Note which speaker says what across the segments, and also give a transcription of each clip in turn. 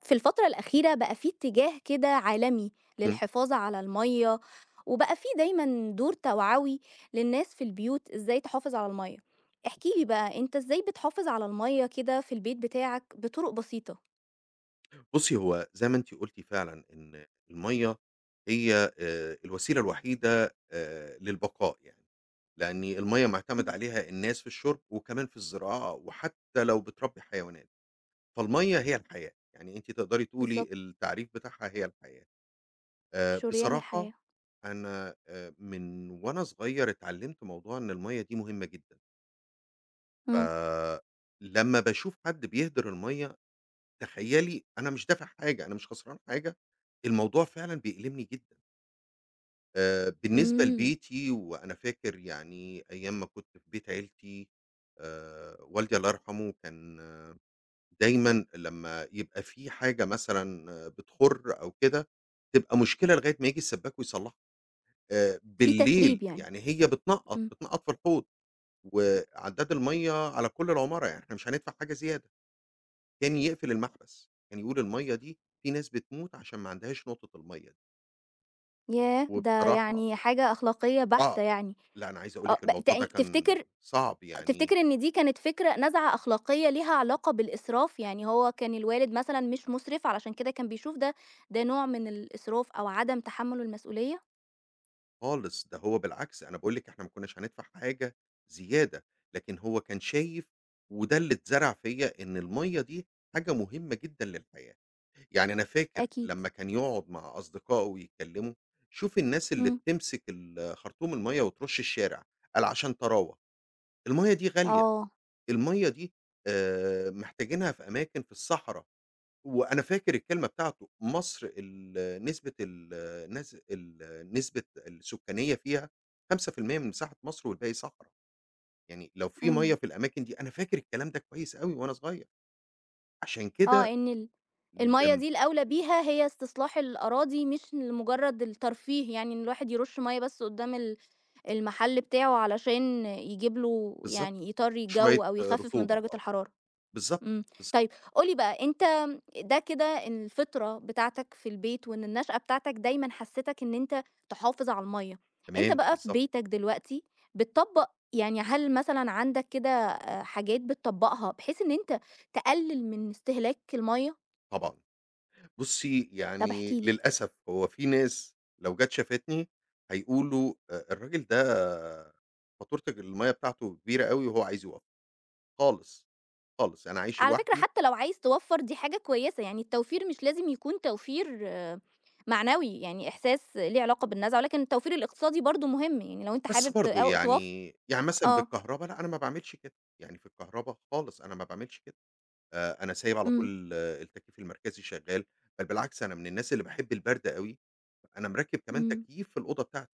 Speaker 1: في الفترة الأخيرة بقى في اتجاه كده عالمي
Speaker 2: إمم.
Speaker 1: للحفاظ على المية، وبقى في دايما دور توعوي للناس في البيوت ازاي تحافظ على المية. احكي لي بقى، انت ازاي بتحافظ على المية كده في البيت بتاعك بطرق بسيطة؟
Speaker 2: بُصّي، هو زي ما أنتِ قُلتِ فعلًا إن المَيّة هي الوسيلة الوحيدة للبقاء يعني، لإن المَيّة مُعتمد
Speaker 1: مم.
Speaker 2: عليها الناس في الشُرب وكمان في الزراعة وحتّى لو بتربّي حيوانات، فالمَيّة هي الحياة، يعني أنتِ تقدري تقولي
Speaker 1: بالظبط.
Speaker 2: التعريف بتاعها هي الحياة.
Speaker 1: شريان
Speaker 2: بصراحة
Speaker 1: الحياة.
Speaker 2: أنا من وأنا صغير اتعلّمت موضوع إن المَيّة دي مهمة جدًا،
Speaker 1: مم.
Speaker 2: فلمّا باشوف حد بيهدِر المَيّة تخيّلي أنا مش دافع حاجة، أنا مش خسران حاجة، الموضوع فعلًا بيألمني جدًا. بالنسبة
Speaker 1: امم.
Speaker 2: لبيتي وأنا فاكر يعني أيام ما كنت في بيت عيلتي والدي الله يرحمه كان دايمًا لمّا يبقى في حاجة مثلًا بتخُر أو كده، تبقى مشكلة لغاية ما ييجي السبّاك ويصلّحها.
Speaker 1: في
Speaker 2: بالليل
Speaker 1: تسريب، يعني.
Speaker 2: يعني هي بتنقّط،
Speaker 1: امم.
Speaker 2: بتنقّط في الحوض وعدّاد المَيّة على كل العمارة، يعني إحنا مش هندفع حاجة زيادة. تاني يقفل المحبس، كان يقول المَيّة دي في ناس بتموت عشان ما عندهاش نقطة المَيّة دي،
Speaker 1: ياه، ده
Speaker 2: وبصراحة
Speaker 1: يعني حاجة أخلاقية
Speaker 2: آه،
Speaker 1: بحتة، يعني.
Speaker 2: لأ أنا عايز أقول
Speaker 1: اه
Speaker 2: لِك
Speaker 1: ب-
Speaker 2: الموضوع
Speaker 1: تع-
Speaker 2: ده كان
Speaker 1: تفتكر
Speaker 2: صعب يعني
Speaker 1: تفتكر إن دي كانت فكرة نزعة أخلاقية ليها علاقة بالإسراف؟ يعني هو كان الوالد مثلًا مش مُسرف، علشان كده كان بيشوف ده نوع من الإسراف أو عدم تحمُّل المسؤولية؟
Speaker 2: خالص، ده هو بالعكس أنا باقول لِك إحنا ما كناش هندفع حاجة زيادة، لكن هو كان شايف وده اللي اتزرع فيّا إن المَيّة دي حاجة مهمة جدًا للحياة، يعني أنا فاكر
Speaker 1: أكيد.
Speaker 2: لمّا كان يقعد مع أصدقائه ويتكلموا، شوف الناس اللي
Speaker 1: إمم.
Speaker 2: بتمسك ال خرطوم المَيّة وترُش الشارع، قال عشان طراوة، المَيّة دي غالية.
Speaker 1: آه.
Speaker 2: المَيّة دي محتاجينها في أماكن في الصحرا، وأنا فاكر الكلمة بتاعته، مصر ال نسبة السُكّانية فيها 5% من مساحة مصر والباقي صحرا، يعني لو في مَيّة
Speaker 1: إمم.
Speaker 2: في الأماكن دي أنا فاكر الكلام ده كويس أوي وأنا صغير، عشان
Speaker 1: آه،
Speaker 2: كده
Speaker 1: إن المَيّة
Speaker 2: لم
Speaker 1: دي الأولى بيها هي استصلاح الأراضي، مش لمجرد الترفيه، يعني إن الواحد يرُش مَيّة بس قدّام المحل بتاعه علشان يجيب له،
Speaker 2: بالضبط،
Speaker 1: يعني يطرّي
Speaker 2: شوية
Speaker 1: الجو أو يخفِّف من
Speaker 2: رطوبة
Speaker 1: درجة الحرارة.
Speaker 2: بالضبط،
Speaker 1: إمم.
Speaker 2: بالضبط،
Speaker 1: طيب، قُل لي بقى. أنت ده كده إن الفطرة بتاعتك في البيت وإن النشأة بتاعتك دايمًا حسّستك إن أنت تحافظ على المَيّة. أنت
Speaker 2: تمام،
Speaker 1: بقى في
Speaker 2: بالضبط،
Speaker 1: بيتك دلوقتي بتطبّق، يعني هل مثلًا عندك كده حاجات بتطبّقها بحيث إن أنت تقلِّل من استهلاك المَيّة؟
Speaker 2: طبعًا. بُصّي،
Speaker 1: طب احكِ
Speaker 2: يعني
Speaker 1: لي.
Speaker 2: للأسف هو في ناس لو جات شافتني هيقولوا الراجل ده فاتورة المَيّة بتاعته كبيرة أوي وهو عايز يوفّر، خالص، خالص، أنا عايش
Speaker 1: على فكرة،
Speaker 2: لوحدي،
Speaker 1: حتّى لو عايز توفّر دي حاجة كويسة. يعني التوفير مش لازم يكون توفير معنوي، يعني إحساس ليه علاقة بالنزعة، ولكن التوفير الاقتصادي برضه مهم. يعني لو أنت
Speaker 2: بس
Speaker 1: حابب
Speaker 2: برضه
Speaker 1: أو توف.
Speaker 2: يعني مثلًا
Speaker 1: آه.
Speaker 2: بالكهربا لأ، أنا ما باعملش كده، يعني في الكهربا خالص أنا ما باعملش كده، أنا سايب على
Speaker 1: إمم.
Speaker 2: طول التكييف المركزي شغّال، بل بالعكس أنا من الناس اللي باحب البرد أوي، أنا مركّب كمان
Speaker 1: إمم،
Speaker 2: تكييف في الأوضة بتاعتي.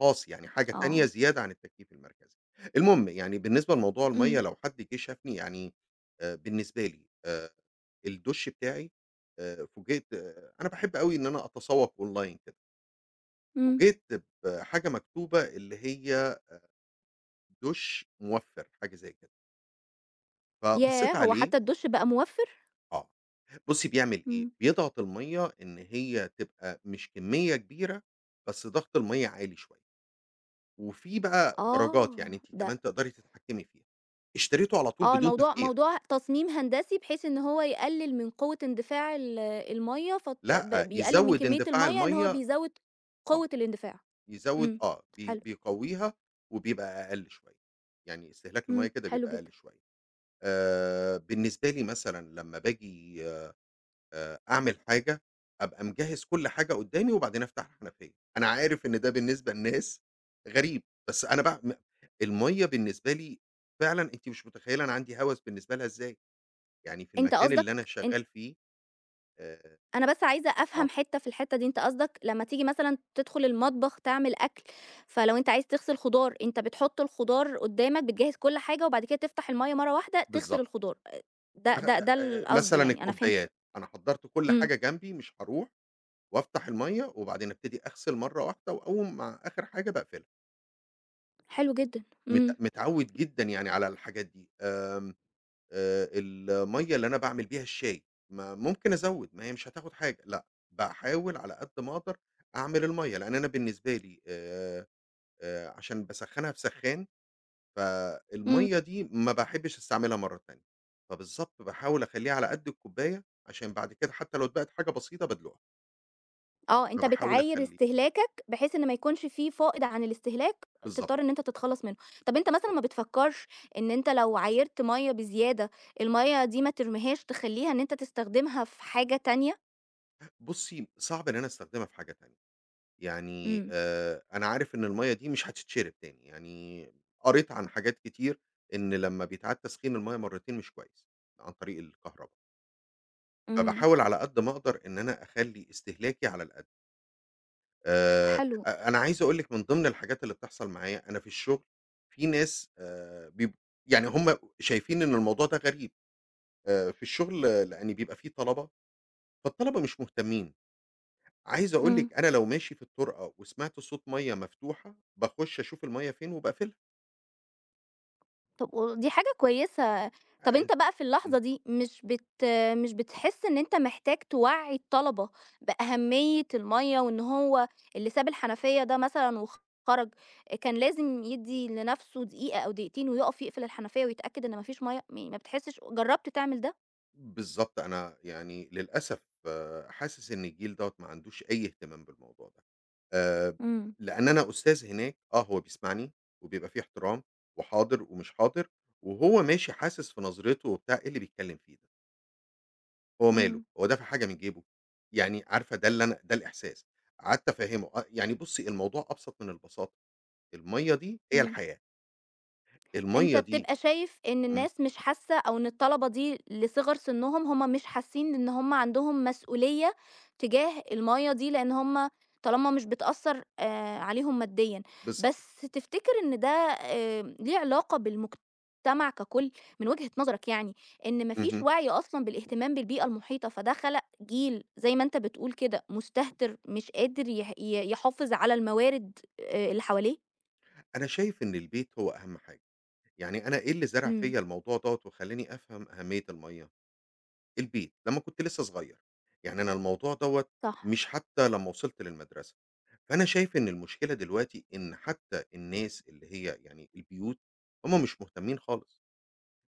Speaker 2: خاص، يعني حاجة تانية
Speaker 1: آه،
Speaker 2: زيادة عن التكييف المركزي. المهم يعني بالنسبة لموضوع المَيّة
Speaker 1: إمم،
Speaker 2: لو حد جه شافني يعني بالنسبة لي الدُش بتاعي فوجئت أنا باحب أوي إن أنا أتسوّق أونلاين كده،
Speaker 1: إمم.
Speaker 2: فوجئت بحاجة مكتوبة اللي هي دُش موفّر، حاجة زي كده. فبصّيت
Speaker 1: ياه! هو
Speaker 2: عليه
Speaker 1: حتى الدُش بقى موفّر؟
Speaker 2: آه. بُصّي بيعمل إيه،
Speaker 1: إمم.
Speaker 2: بيضغط المَيّة إن هي تبقى مش كمية كبيرة، بس ضغط المَيّة عالي شوية. وفي بقى درجات، يعني
Speaker 1: آه،
Speaker 2: أنتِ
Speaker 1: ده
Speaker 2: كمان تقدري تتحكمي فيها. اشتريته على طول بدون
Speaker 1: الموضوع
Speaker 2: تفكير،
Speaker 1: موضوع تصميم هندسي، بحيث إن هو يقلل من قوة اندفاع المَيّة، فت ب
Speaker 2: لأ،
Speaker 1: بيقلل من
Speaker 2: يزوّد
Speaker 1: كمية
Speaker 2: اندفاع
Speaker 1: المَيّة، إن هو
Speaker 2: المَيّة
Speaker 1: بيزوّد
Speaker 2: آه،
Speaker 1: قوة الاندفاع.
Speaker 2: يزوّد
Speaker 1: إمم،
Speaker 2: آه، بي
Speaker 1: حلو.
Speaker 2: بيقويها وبيبقى أقل شوية، يعني استهلاك المَيّة
Speaker 1: إمم،
Speaker 2: كده
Speaker 1: حلو
Speaker 2: بيبقى
Speaker 1: جدًا.
Speaker 2: أقل شوية. بالنسبة لي مثلًا لمّا باجي أعمل حاجة، أبقى مجهّز كل حاجة قدّامي وبعدين أفتح الحنفية. أنا عارف إن ده بالنسبة لناس غريب، بس أنا باع م المَيّة بالنسبة لي فعلًا أنتِ مش متخيّلة أنا عندي هَوَس بالنسبة لها إزاي. يعني في
Speaker 1: أنت
Speaker 2: المكان
Speaker 1: قصدك
Speaker 2: اللي أنا
Speaker 1: أن
Speaker 2: شغال فيه آآ
Speaker 1: أنا بس عايزة أفهم
Speaker 2: آه،
Speaker 1: حتّة في الحتّة دي، أنت قصدك لمّا تيجي مثلًا تدخل المطبخ تعمل أكل، فلو أنت عايز تغسل خضار، أنت بتحط الخضار قدّامك، بتجهّز كل حاجة وبعد كده تفتح المَيّة مرّة واحدة تغسل
Speaker 2: بالضبط.
Speaker 1: الخضار، ده القصد
Speaker 2: مثلًا
Speaker 1: يعني، أنا فهمت
Speaker 2: الكوبايات، أنا حضّرت كل
Speaker 1: إمم،
Speaker 2: حاجة جنبي مش هاروح وأفتح المَيّة وبعدين أبتدي أغسل مرّة واحدة وأقوم مع آخر حاجة باقفلها.
Speaker 1: حلو جدًا. إمم.
Speaker 2: متعوّد جدًا يعني على الحاجات دي. المَيّة اللي أنا باعمل بيها الشاي، ما ممكن أزوّد، ما هي مش هتاخد حاجة، لأ، باحاول على قد ما أقدر أعمل المَيّة، لإن أنا بالنسبة لي عشان باسخّنها في سخّان
Speaker 1: إمم.
Speaker 2: فالمَيّة دي ما باحبّش أستعملها مرّة تانية، فبالضبط باحاول أخلّيها على قد الكوباية، عشان بعد كده حتى لو اتبقت حاجة بسيطة بادلقها،
Speaker 1: آه. أنت
Speaker 2: فباحاول
Speaker 1: بتعاير
Speaker 2: أخلّي
Speaker 1: استهلاكك بحيث إن ما يكونش في فائض عن الاستهلاك
Speaker 2: بالضبط،
Speaker 1: تضطر إن أنت تتخلّص منه. طَب أنت مثلًا
Speaker 2: بالضبط.
Speaker 1: ما بتفكّرش إن أنت لو عايرت مَيّة بزيادة، المَيّة دي ما ترميهاش، تخلّيها إن أنت تستخدمها في حاجة تانية؟
Speaker 2: بُصّي، صعب إن أنا أستخدمها في حاجة تانية، يعني
Speaker 1: إمم.
Speaker 2: أنا عارف إن المَيّة دي مش هتتشرب تاني، يعني قريت عن حاجات كتير إن لمّا بيتعاد تسخين المَيّة مرّتين مش كويس، عن طريق الكهربا،
Speaker 1: إمم،
Speaker 2: فباحاول على قد ما أقدر إن أنا أخلّي استهلاكي على الأقل.
Speaker 1: حلو.
Speaker 2: أ أنا عايز أقول لِك من ضمن الحاجات اللي بتحصل معايا، أنا في الشغل في ناس بيب يعني هم شايفين إن الموضوع ده غريب في الشغل لإن بيبقى في طلبة، فالطلبة مش مهتمين. عايز أقول
Speaker 1: إمم.
Speaker 2: لك أنا لو ماشي في الطُرقة وسمعت صوت مَيّة مفتوحة، باخُش أشوف المَيّة فين وباقفلها.
Speaker 1: طب ودي حاجة كويسة. طب أنت بقى في اللحظة دي مش بتحس إن أنت محتاج توعّي الطلبة بأهمية المَيّة، وإن هو اللي ساب الحنفية ده مثلًا وخرج كان لازم يدّي لنَفْسه دقيقة أو دقيقتين ويقف يقفل الحنفية ويتأكد إن ما فيش مَيّة. ما بتحسش جرّبت تعمل ده؟
Speaker 2: بالضبط، أنا يعني للأسف حاسس إن الجيل دوّة ما عندوش أي اهتمام بالموضوع ده، آآ،
Speaker 1: إمم.
Speaker 2: لأن أنا أستاذ هناك هو بيسمعني وبيبقى في احترام وحاضر ومش حاضر، وهو ماشي. حاسس في نظرته وبتاع إيه اللي بيتكلم فيه ده، هو ماله،
Speaker 1: إمم.
Speaker 2: هو دافع حاجة من جيبه؟ يعني عارفة ده اللي أنا ده الإحساس، قعدت أفهّمه يعني بُصّي الموضوع أبسط من البساطة، المَيّة دي هي
Speaker 1: إمم.
Speaker 2: الحياة،
Speaker 1: أنت
Speaker 2: المَيّة دي
Speaker 1: بتبقى شايف إن
Speaker 2: إمم،
Speaker 1: الناس مش حاسة، أو إن الطلبة دي لصغر سنهم هم مش حاسين إن هم عندهم مسؤولية تجاه المية دي، لأن هم طالما مش بتأثر عليهم ماديا.
Speaker 2: بالضبط،
Speaker 1: بس تفتكر إن ده ليه علاقة بالمجتمع ككل من وجهة نظرك، يعني إن مفيش
Speaker 2: اهم،
Speaker 1: وعي أصلا بالاهتمام بالبيئة المحيطة، فده خلق جيل زي ما أنت بتقول كده مستهتر مش قادر يحافظ على الموارد اللي حواليه.
Speaker 2: أنا شايف إن البيت هو أهم حاجة. يعني أنا إيه اللي زرع
Speaker 1: امم.
Speaker 2: فيّا الموضوع دوّة وخلّاني أفهم أهمية المَيّة؟ البيت، لمّا كنت لسه صغير، يعني أنا الموضوع دوّة
Speaker 1: صح.
Speaker 2: مش حتى لمّا وصلت للمدرسة، فأنا شايف إن المشكلة دلوقتي إن حتى الناس اللي هي يعني البيوت، هُم مش مهتمين خالص،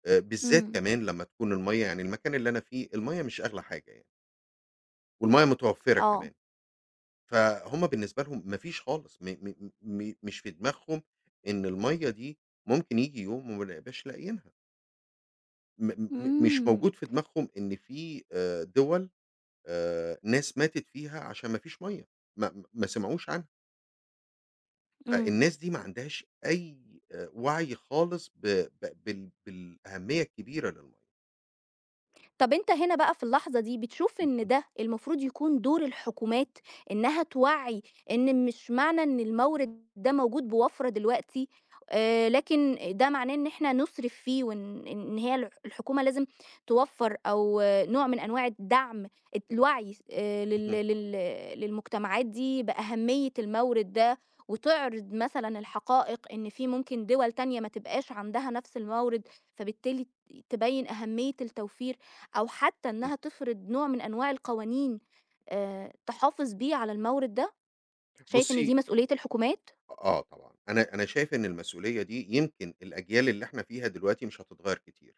Speaker 2: بالذات
Speaker 1: امم.
Speaker 2: كمان لمّا تكون المَيّة يعني المكان اللي أنا فيه المَيّة مش أغلى حاجة يعني، والمَيّة متوفّرة
Speaker 1: اه.
Speaker 2: كمان، فهُم بالنسبة لهم ما فيش خالص م م م مش في دماغهم إن المَيّة دي ممكن ييجي يوم وما نبقاش لاقيينها. م م مش
Speaker 1: إمم.
Speaker 2: موجود في دماغهم إن في دول ناس ماتت فيها عشان ما فيش مَيّة، ما ما سمعوش عنها،
Speaker 1: إمم.
Speaker 2: فالناس دي ما عندهاش أي وعي خالص ب ب بال بالأهمية الكبيرة للمَيّة.
Speaker 1: طب أنت هنا بقى في اللحظة دي بتشوف إن
Speaker 2: اهم،
Speaker 1: ده المفروض يكون دور الحكومات، إنها توعي إن مش معنى إن المورد ده موجود بوفرة دلوقتي لكن ده معناه إن إحنا نصرف فيه، وإن هي الحكومة لازم توفر، أو نوع من أنواع الدعم، الوعي
Speaker 2: اهم،
Speaker 1: للمجتمعات دي بأهمية المورد ده. وتعرض مثلا الحقائق ان في ممكن دول تانية ما تبقاش عندها نفس المورد، فبالتالي تبين أهمية التوفير، أو حتى
Speaker 2: إمم.
Speaker 1: إنها تفرض نوع من أنواع القوانين تحافظ بيه على المورد ده. شايف إن
Speaker 2: بُصّي
Speaker 1: دي مسؤولية الحكومات؟
Speaker 2: آه طبعًا، أنا شايف إن المسؤولية دي يمكن الأجيال اللي إحنا فيها دلوقتي مش هتتغيّر كتير.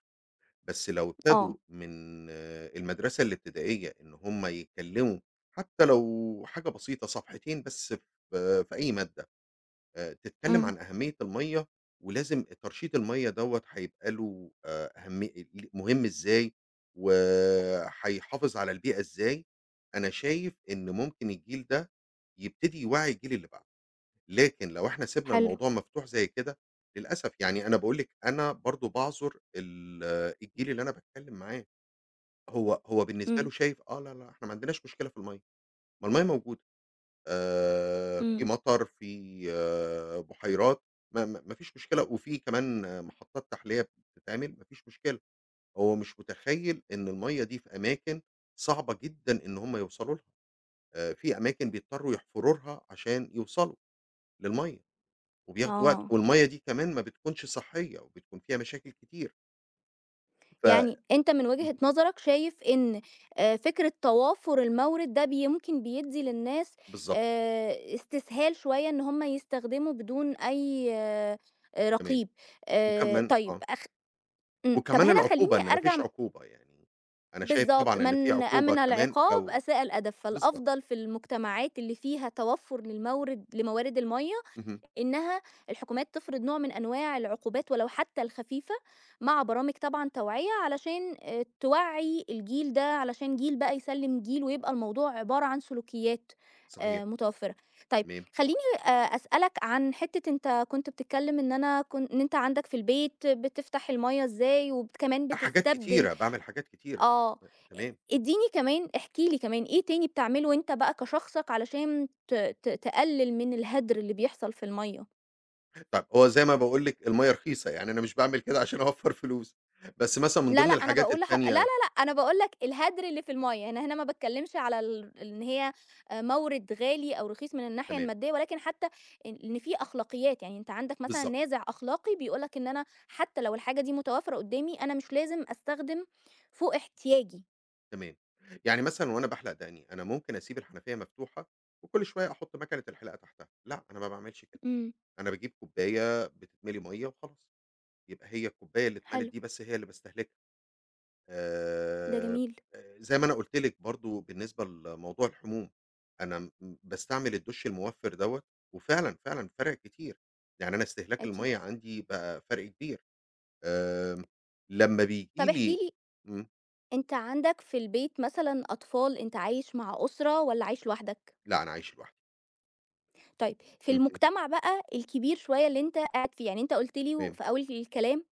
Speaker 2: بس لو ابتدوا
Speaker 1: آه.
Speaker 2: من المدرسة الابتدائية إن هم يتكلموا حتى لو حاجة بسيطة صفحتين بس في في أي مادة تتكلم
Speaker 1: إمم،
Speaker 2: عن أهمية المَيّة ولازم ترشيد المَيّة دوّة هيبقى له أهمي ل مهم إزاي، وهيحافظ على البيئة إزاي، أنا شايف إن ممكن الجيل ده يبتدي يوعّي الجيل اللي بعده. لكن لو إحنا سِبنا
Speaker 1: حلو.
Speaker 2: الموضوع مفتوح زي كده، للأسف يعني أنا باقول لِك أنا برضه باعذر ال الجيل اللي أنا باتكلّم معاه، هو بالنسبة
Speaker 1: إمم.
Speaker 2: له شايف آه، لا، لا إحنا ما عندناش مشكلة في المَيّة، ما المَيّة موجودة، في
Speaker 1: إمم.
Speaker 2: مطر، في بحيرات، ما ما ما فيش مشكلة وفي كمان محطات تحلية بتتعمل، ما فيش مشكلة، هو مش متخيّل إن المَيّة دي في أماكن صعبة جدًا إن هم يوصلوا لها، في أماكن بيضطروا يحفروا لها عشان يوصلوا للمَيّة. وبياخدوا وقت،
Speaker 1: آه.
Speaker 2: والمَيّة دي كمان ما بتكونش صحّية، وبتكون فيها مشاكل كتير، ف اهم،
Speaker 1: يعني أنت من وجهة نظرك شايف إن فكرة توافر المورد ده ممكن بيدّي للناس
Speaker 2: بالضبط،
Speaker 1: استسهال شوية، إن هم يستخدموا بدون أي
Speaker 2: تمام،
Speaker 1: رقيب.
Speaker 2: وكمان
Speaker 1: طيب إمم. طَب
Speaker 2: وكمان
Speaker 1: هنا خلّيني
Speaker 2: العقوبة إن ما
Speaker 1: أرجع.
Speaker 2: فيش عقوبة يعني، أنا شايف
Speaker 1: بالضبط.
Speaker 2: طبعًا إن في
Speaker 1: "من
Speaker 2: عقوبة
Speaker 1: أمن
Speaker 2: كمان
Speaker 1: العقاب
Speaker 2: أو
Speaker 1: أساء الأدب."
Speaker 2: بالضبط،
Speaker 1: فالأفضل في المجتمعات اللي فيها توفُّر للمورد لموارد المَيّة
Speaker 2: اهم،
Speaker 1: إنها الحكومات تفرض نوع من أنواع العقوبات ولو حتى الخفيفة، مع برامج طبعًا توعية علشان توعّي الجيل ده، علشان جيل بقى يسلِّم جيل، ويبقى الموضوع عبارة عن سلوكيات
Speaker 2: صحيح،
Speaker 1: متوفّرة. طيب،
Speaker 2: تمام،
Speaker 1: خلّيني أسألك عن حتّة أنت كنت بتتكلّم. إن أنا كن إن أنت عندك في البيت بتفتح المَيّة إزاي، كمان
Speaker 2: لأ حاجات
Speaker 1: بتستبدل.
Speaker 2: كتيرة، باعمل حاجات كتيرة،
Speaker 1: آه.
Speaker 2: تمام،
Speaker 1: ادّيني كمان، احكي لي كمان إيه تاني بتعمله أنت بقى كشخصك علشان ت ت تقلل من الهدر اللي بيحصل في المَيّة؟
Speaker 2: طَب هو زي ما باقول لِك المَيّة رخيصة، يعني أنا مش باعمل كده عشان أوفّر فلوس، بس مثلًا من
Speaker 1: لا،
Speaker 2: ضمن
Speaker 1: لأ، أنا
Speaker 2: الحاجات
Speaker 1: باقول لح لا، لا،
Speaker 2: التانية
Speaker 1: لأ، أنا باقول لك الهدر اللي في المَيّة، يعني أنا هنا ما باتكلمش على إن هي مورد غالي أو رخيص من الناحية
Speaker 2: تمام،
Speaker 1: المادية، ولكن حتى إن في أخلاقيات، يعني أنت عندك مثلًا
Speaker 2: بالضبط.
Speaker 1: نازع أخلاقي بيقول لك إن أنا حتى لو الحاجة دي متوفرة قدّامي، أنا مش لازم أستخدم فوق احتياجي.
Speaker 2: تمام. يعني مثلًا وأنا باحلق دقني، أنا ممكن أسيب الحنفية مفتوحة وكل شوية أحُط ماكنة الحلاقة تحتها، لأ، أنا ما باعملش كده،
Speaker 1: إمم،
Speaker 2: أنا باجيب كوباية بتتملي مَيّة وخلاص، يبقى هي الكوباية اللي اتملت
Speaker 1: حلو.
Speaker 2: دي بس هي اللي باستهلكها.
Speaker 1: ده
Speaker 2: آآ،
Speaker 1: جميل.
Speaker 2: زي ما أنا قُلت لِك برضه بالنسبة لموضوع الحموم، أنا م باستعمل الدُّش الموفِّر دوّة وفعلًا، فعلًا فرَق كتير، يعني أنا استهلاك
Speaker 1: أكيد.
Speaker 2: المَيّة عندي بقى فرْق كبير. آمم، لمّا بييجي
Speaker 1: طَب احكِ
Speaker 2: لي
Speaker 1: لي،
Speaker 2: إمم،
Speaker 1: أنت عندك في البيت مثلًا أطفال، أنت عايش مع أسرة والّا عايش لوحدك؟
Speaker 2: لأ، أنا عايش لوحدي.
Speaker 1: طيب، في
Speaker 2: اهم،
Speaker 1: المجتمع بقى الكبير شوية اللي أنت قاعد فيه، يعني أنت قُلت لي و
Speaker 2: تمام،
Speaker 1: في أول الكلام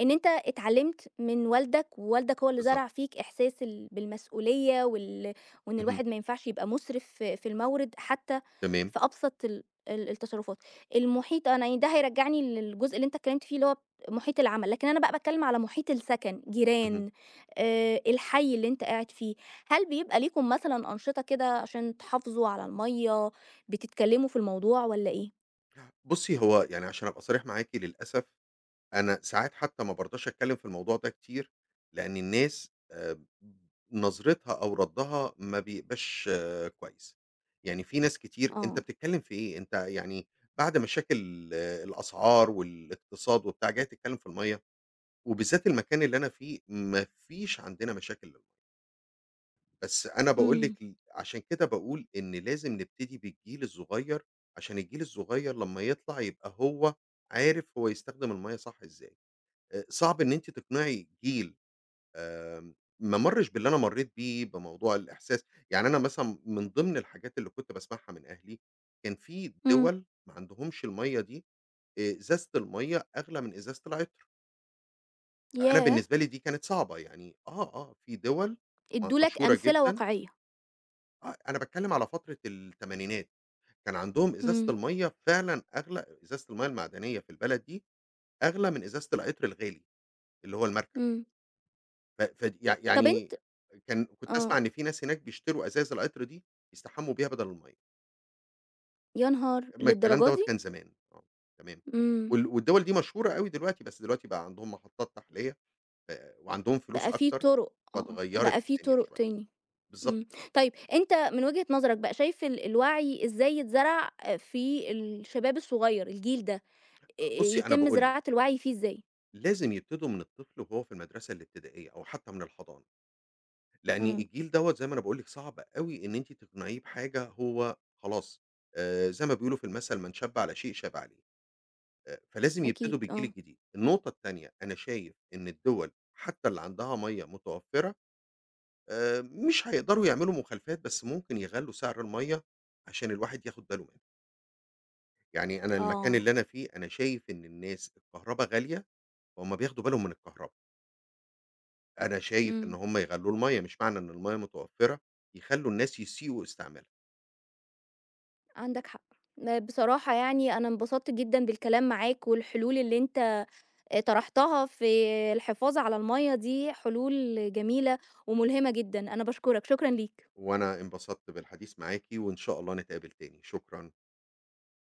Speaker 1: إن أنت اتعلّمت من والدك، ووالدك هو اللي
Speaker 2: بالضبط.
Speaker 1: زرع فيك إحساس بالمسؤولية وإن
Speaker 2: اهم.
Speaker 1: الواحد ما ينفعش يبقى مُسرف في المَوْرد، حتى
Speaker 2: تمام،
Speaker 1: في أبسط ال التصرُّفات. المُحيط أنا يعني، ده هيرجّعني للجزء اللي أنت اتكلّمت فيه اللي هو مُحيط العمل، لكن أنا بقى باتكلّم على مُحيط السَكَن،
Speaker 2: اهم.
Speaker 1: جيران، الحَي اللي أنت قاعد فيه. هل بيبقى ليكم مثلًا أنشطة كده عشان تحافظوا على المَيّة، بتتكلّموا في الموضوع والّا إيه؟
Speaker 2: بُصّي، هو يعني عشان أبقى صريح معاكِ للأسف أنا ساعات حتى ما بارضاش أتكلّم في الموضوع ده كتير، لإن الناس نظرتها أو ردّها ما بيبقاش كويس. يعني في ناس كتير أنت
Speaker 1: آه.
Speaker 2: بتتكلّم في إيه؟ أنت يعني بعد مشاكل الأسعار والإقتصاد وبتاع جاي تتكلّم في المَيّة؟ وبالذات المكان اللي أنا فيه ما فيش عندنا مشاكل للمَيّة. بس أنا باقول
Speaker 1: إمم.
Speaker 2: لِك ل عشان كده باقول إن لازم نبتدي بالجيل الصغير، عشان الجيل الصغير لمّا يطلع يبقى هو عارف هو يستخدم المَيّة صح إزاي. صعب إن أنتِ تقنعي جيل ما مرّش باللي أنا مرّيت بيه بموضوع الإحساس يعني أنا مثلًا من ضمن الحاجات اللي كنت باسمعها من أهلي، كان في
Speaker 1: إمم.
Speaker 2: دول ما عندهمش المَيّة دي، إزازة المَيّة أغلى من إزازة العطر، فأنا
Speaker 1: ياه!
Speaker 2: بالنسبة لي دي كانت صعبة، يعني في دول م
Speaker 1: ادّوا لك
Speaker 2: مشهورة
Speaker 1: أمثلة
Speaker 2: جدًا
Speaker 1: واقعية.
Speaker 2: أنا باتكلّم على فترة التمانينات، كان عندهم إزازة
Speaker 1: إمم.
Speaker 2: المَيّة فعلًا أغلى إزازة المَيّة المعدنية في البلد دي أغلى من إزازة القطر الغالي اللي هو الماركة،
Speaker 1: إمم.
Speaker 2: ف فد يع بالضبط.
Speaker 1: طَب
Speaker 2: يعني
Speaker 1: أنت.
Speaker 2: كان كنت
Speaker 1: آه.
Speaker 2: أسمع إن في ناس هناك بيشتروا أزايز القطر دي يستحمّوا بيها بدل المَيّة،
Speaker 1: يا نهار!
Speaker 2: أمّا الكلام
Speaker 1: للدرجة
Speaker 2: دوّة
Speaker 1: دي!
Speaker 2: كان زمان، تمام،
Speaker 1: إمم.
Speaker 2: والدول دي مشهورة أوي دلوقتي، بس دلوقتي بقى عندهم محطات تحلية ف وعندهم فلوس
Speaker 1: بقى في
Speaker 2: أكتر،
Speaker 1: طُرق، بقى
Speaker 2: فاتغيّرت
Speaker 1: في
Speaker 2: الدنيا
Speaker 1: طُرق
Speaker 2: شوية،
Speaker 1: تاني.
Speaker 2: بالضبط،
Speaker 1: إمم. طيب، أنت من وجهة نظرك بقى شايف الوعي إزاي يتزرع في الشباب الصغير، الجيل ده،
Speaker 2: بُصّي أنا
Speaker 1: يتم
Speaker 2: باقول لِك
Speaker 1: زراعة الوعي فيه إزاي؟
Speaker 2: لازم يبتدوا من الطفل وهو في المدرسة الابتدائية أو حتى من الحضانة. لإن
Speaker 1: إمم.
Speaker 2: الجيل دوّة زي ما أنا باقول لِك صعب أوي إن أنتِ تقنعيه بحاجة هو خلاص زي ما بيقولوا في المثل "من شَبّ على شيء شاب عليه." فلازم
Speaker 1: أكيد.
Speaker 2: يبتدوا بالجيل
Speaker 1: آه.
Speaker 2: الجديد. النقطة التانية، أنا شايف إن الدول حتى اللي عندها مَيّة متوفّرة مش هيقدروا يعملوا مخالفات، بس ممكن يغلّوا سعر المَيّة عشان الواحد ياخُد باله منها. يعني أنا المكان
Speaker 1: آه.
Speaker 2: اللي أنا فيه، أنا شايف إن الناس الكهربا غالية فهُم بياخدوا بالهم من الكهربا. أنا شايف إن
Speaker 1: إمم.
Speaker 2: هُم يغلّوا المَيّة، مش معنى إن المَيّة متوفّرة يخلّوا الناس يسيئوا استعمالها.
Speaker 1: عندك حق. بصراحة يعني أنا انبسطت جدًا بالكلام معاك، والحلول اللي أنت طرحتها في الحفاظ على المَيّة دي حلول جميلة وملهمة جدًا. أنا باشكرك، شكرًا ليك.
Speaker 2: وأنا انبسطت بالحديث معاكِ، وإن شاء الله نتقابل تاني، شكرًا.